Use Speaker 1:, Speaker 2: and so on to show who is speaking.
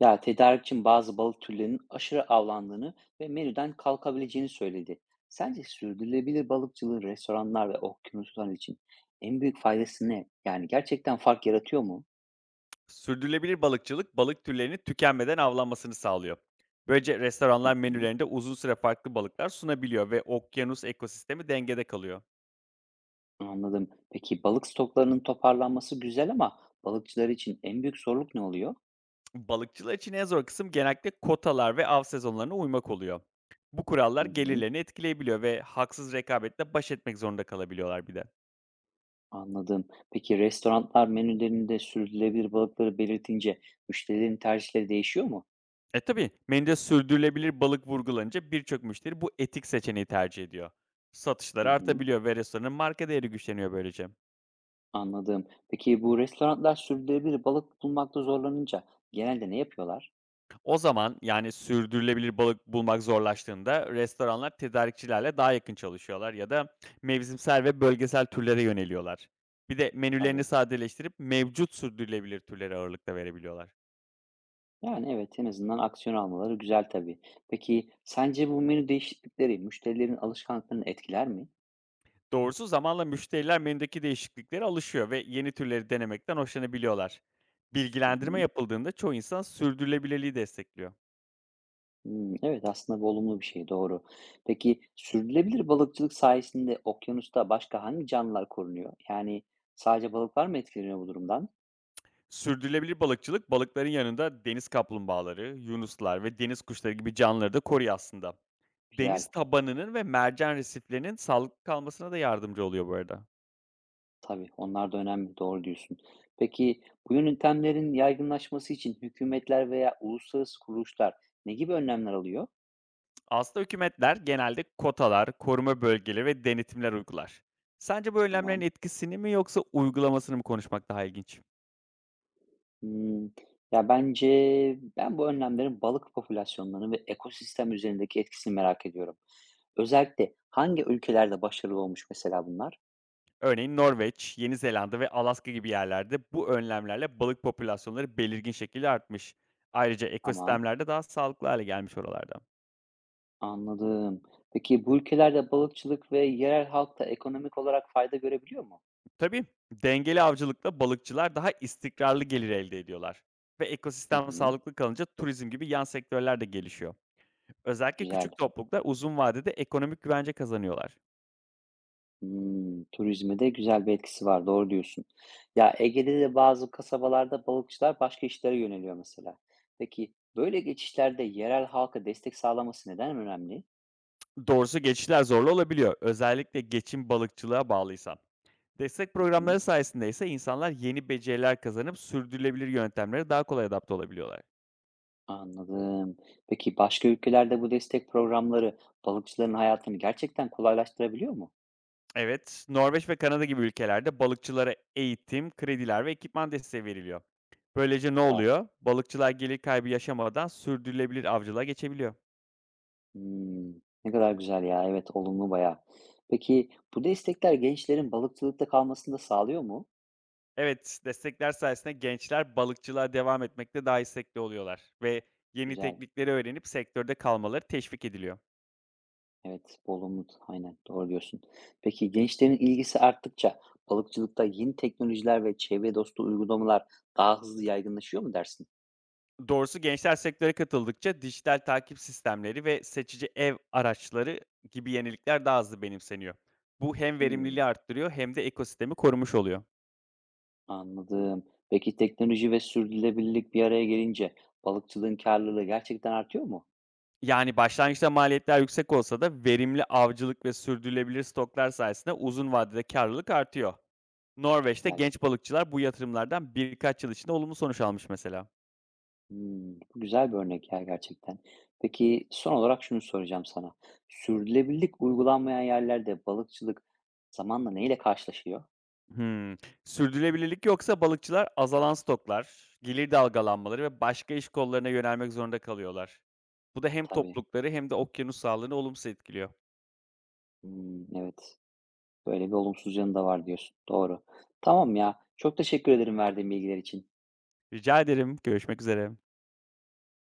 Speaker 1: Ya tedarik için bazı balık türlerinin aşırı avlandığını ve menüden kalkabileceğini söyledi. Sence sürdürülebilir balıkçılığın restoranlar ve okyanuslar için en büyük faydası ne? Yani gerçekten fark yaratıyor mu?
Speaker 2: Sürdürülebilir balıkçılık, balık türlerinin tükenmeden avlanmasını sağlıyor. Böylece
Speaker 1: Hı
Speaker 2: restoranlar
Speaker 1: hı,
Speaker 2: menülerinde uzun süre farklı balıklar sunabiliyor ve okyanus ekosistemi dengede kalıyor.
Speaker 1: anladım. Peki balık stoklarının toparlanması güzel ama balıkçılar için en büyük zorluk ne oluyor?
Speaker 2: Balıkçılar için en zor kısım genellikle kotalar ve av sezonlarına uymak oluyor. Bu
Speaker 1: Hı
Speaker 2: kurallar
Speaker 1: hı,
Speaker 2: gelirlerini etkileyebiliyor ve haksız rekabetle baş etmek zorunda kalabiliyorlar bir de.
Speaker 1: anladım. Peki restoranlar menülerinde sürdürülebilir balıkları belirtince müşterilerin tercihleri değişiyor mu?
Speaker 2: E tabi menüde sürdürülebilir balık vurgulanınca birçok müşteri bu etik seçeneği tercih ediyor. Satışlar
Speaker 1: Hı hı.
Speaker 2: artabiliyor ve restoranın marka değeri güçleniyor böylece.
Speaker 1: Anladım. Peki bu restoranlar sürdürülebilir balık bulmakta zorlanınca genelde ne yapıyorlar?
Speaker 2: O zaman, yani, sürdürülebilir balık bulmak zorlaştığında restoranlar tedarikçilerle daha yakın çalışıyorlar ya da mevsimsel ve bölgesel türlere yöneliyorlar. Bir de menülerini
Speaker 1: Tabii.
Speaker 2: sadeleştirip mevcut sürdürülebilir türlere ağırlık da verebiliyorlar.
Speaker 1: Yani evet en azından aksiyon almaları güzel tabii. Peki sence bu menü değişiklikleri müşterilerin alışkanlıklarını etkiler mi?
Speaker 2: Doğrusu zamanla müşteriler menüdeki değişikliklere alışıyor ve yeni türleri denemekten hoşlanabiliyorlar.
Speaker 1: Hı
Speaker 2: Bilgilendirme
Speaker 1: hı.
Speaker 2: yapıldığında çoğu insan sürdürülebilirliği destekliyor.
Speaker 1: Hmm, evet aslında bu olumlu bir şey doğru. Peki sürdürülebilir balıkçılık sayesinde okyanusta başka hangi canlılar korunuyor? Yani sadece balıklar mı etkileniyor bu durumdan?
Speaker 2: Sürdürülebilir balıkçılık balıkların yanında deniz kaplumbağaları, yunuslar ve deniz kuşları gibi canlıları da koruyor aslında. Deniz
Speaker 1: Güzel.
Speaker 2: tabanının ve mercan resiflerinin sağlıklı kalmasına da yardımcı oluyor bu arada.
Speaker 1: Tabii, onlar da önemli, doğru diyorsun. Peki, bu yöntemlerin yaygınlaşması için hükümetler veya uluslararası kuruluşlar ne gibi önlemler alıyor?
Speaker 2: Aslında hükümetler genelde kotalar, koruma bölgeleri ve denetimler uygular. Sence bu önlemlerin
Speaker 1: Tamam.
Speaker 2: etkisini mi yoksa uygulamasını mı konuşmak daha ilginç?
Speaker 1: Hımm. Ya, bence ben bu önlemlerin balık popülasyonlarını ve ekosistem üzerindeki etkisini merak ediyorum. Özellikle hangi ülkelerde başarılı olmuş mesela bunlar?
Speaker 2: Örneğin Norveç, Yeni Zelanda ve Alaska gibi yerlerde bu önlemlerle balık popülasyonları belirgin şekilde artmış. Ayrıca
Speaker 1: Tamam,
Speaker 2: ekosistemlerde daha sağlıklı hale gelmiş oralarda.
Speaker 1: anladım. Peki bu ülkelerde balıkçılık ve yerel halk da ekonomik olarak fayda görebiliyor mu?
Speaker 2: Tabii, dengeli avcılıkla balıkçılar daha istikrarlı gelir elde ediyorlar. Ve
Speaker 1: Hı
Speaker 2: ekosistem
Speaker 1: hı,
Speaker 2: sağlıklı kalınca turizm gibi yan sektörler de gelişiyor. Özellikle
Speaker 1: güzel.
Speaker 2: küçük topluluklar uzun vadede ekonomik güvence kazanıyorlar.
Speaker 1: Hımm, turizme de güzel bir etkisi var, doğru diyorsun. Ya, Ege'de de bazı kasabalarda balıkçılar başka işlere yöneliyor mesela. Peki, böyle geçişlerde yerel halka destek sağlaması neden önemli?
Speaker 2: Doğrusu geçişler zorlu olabiliyor. Özellikle geçim balıkçılığa bağlıysan. Destek
Speaker 1: Hı hı,
Speaker 2: programları sayesinde ise insanlar yeni beceriler kazanıp sürdürülebilir yöntemlere daha kolay adapte olabiliyorlar.
Speaker 1: anladım. Peki, başka ülkelerde bu destek programları balıkçıların hayatını gerçekten kolaylaştırabiliyor mu?
Speaker 2: Evet, Norveç ve Kanada gibi ülkelerde balıkçılara eğitim, krediler ve ekipman desteği veriliyor. Böylece ne
Speaker 1: Süper.
Speaker 2: oluyor? Balıkçılar gelir kaybı yaşamadan sürdürülebilir avcılığa geçebiliyor.
Speaker 1: Hımm, ne kadar güzel ya, evet, olumlu bayağı. Peki, bu destekler gençlerin balıkçılıkta kalmasını da sağlıyor mu?
Speaker 2: Evet, destekler sayesinde gençler balıkçılığa devam etmekte daha istekli oluyorlar ve yeni
Speaker 1: Güzel.
Speaker 2: teknikleri öğrenip sektörde kalmaları teşvik ediliyor.
Speaker 1: Evet, bol umut. Aynen, doğru diyorsun. Peki gençlerin ilgisi arttıkça balıkçılıkta yeni teknolojiler ve çevre dostu uygulamalar daha hızlı yaygınlaşıyor mu dersin?
Speaker 2: Doğrusu gençler sektöre katıldıkça dijital takip sistemleri ve seçici ev araçları gibi yenilikler daha hızlı benimseniyor. Bu hem verimliliği
Speaker 1: Hmm,
Speaker 2: arttırıyor hem de ekosistemi korumuş oluyor.
Speaker 1: anladım. Peki teknoloji ve sürdürülebilirlik bir araya gelince balıkçılığın karlılığı gerçekten artıyor mu?
Speaker 2: Yani, başlangıçta maliyetler yüksek olsa da verimli avcılık ve sürdürülebilir stoklar sayesinde uzun vadede karlılık artıyor. Norveç'te
Speaker 1: Güzel.
Speaker 2: genç balıkçılar bu yatırımlardan birkaç yıl içinde olumlu sonuç almış mesela.
Speaker 1: Hmm, bu güzel bir örnek ya gerçekten. Peki son olarak şunu soracağım sana. Sürdürülebilirlik uygulanmayan yerlerde balıkçılık zamanla neyle karşılaşıyor?
Speaker 2: Hımm. Sürdürülebilirlik yoksa balıkçılar azalan stoklar, gelir dalgalanmaları ve başka iş kollarına yönelmek zorunda kalıyorlar. Bu da hem
Speaker 1: Tabii.
Speaker 2: toplulukları hem de okyanus sağlığını olumsuz etkiliyor.
Speaker 1: Hmm, evet. Böyle bir olumsuz yanı da var diyorsun. Doğru. Tamam ya. Çok teşekkür ederim verdiğin bilgiler için.
Speaker 2: Rica ederim. Görüşmek üzere.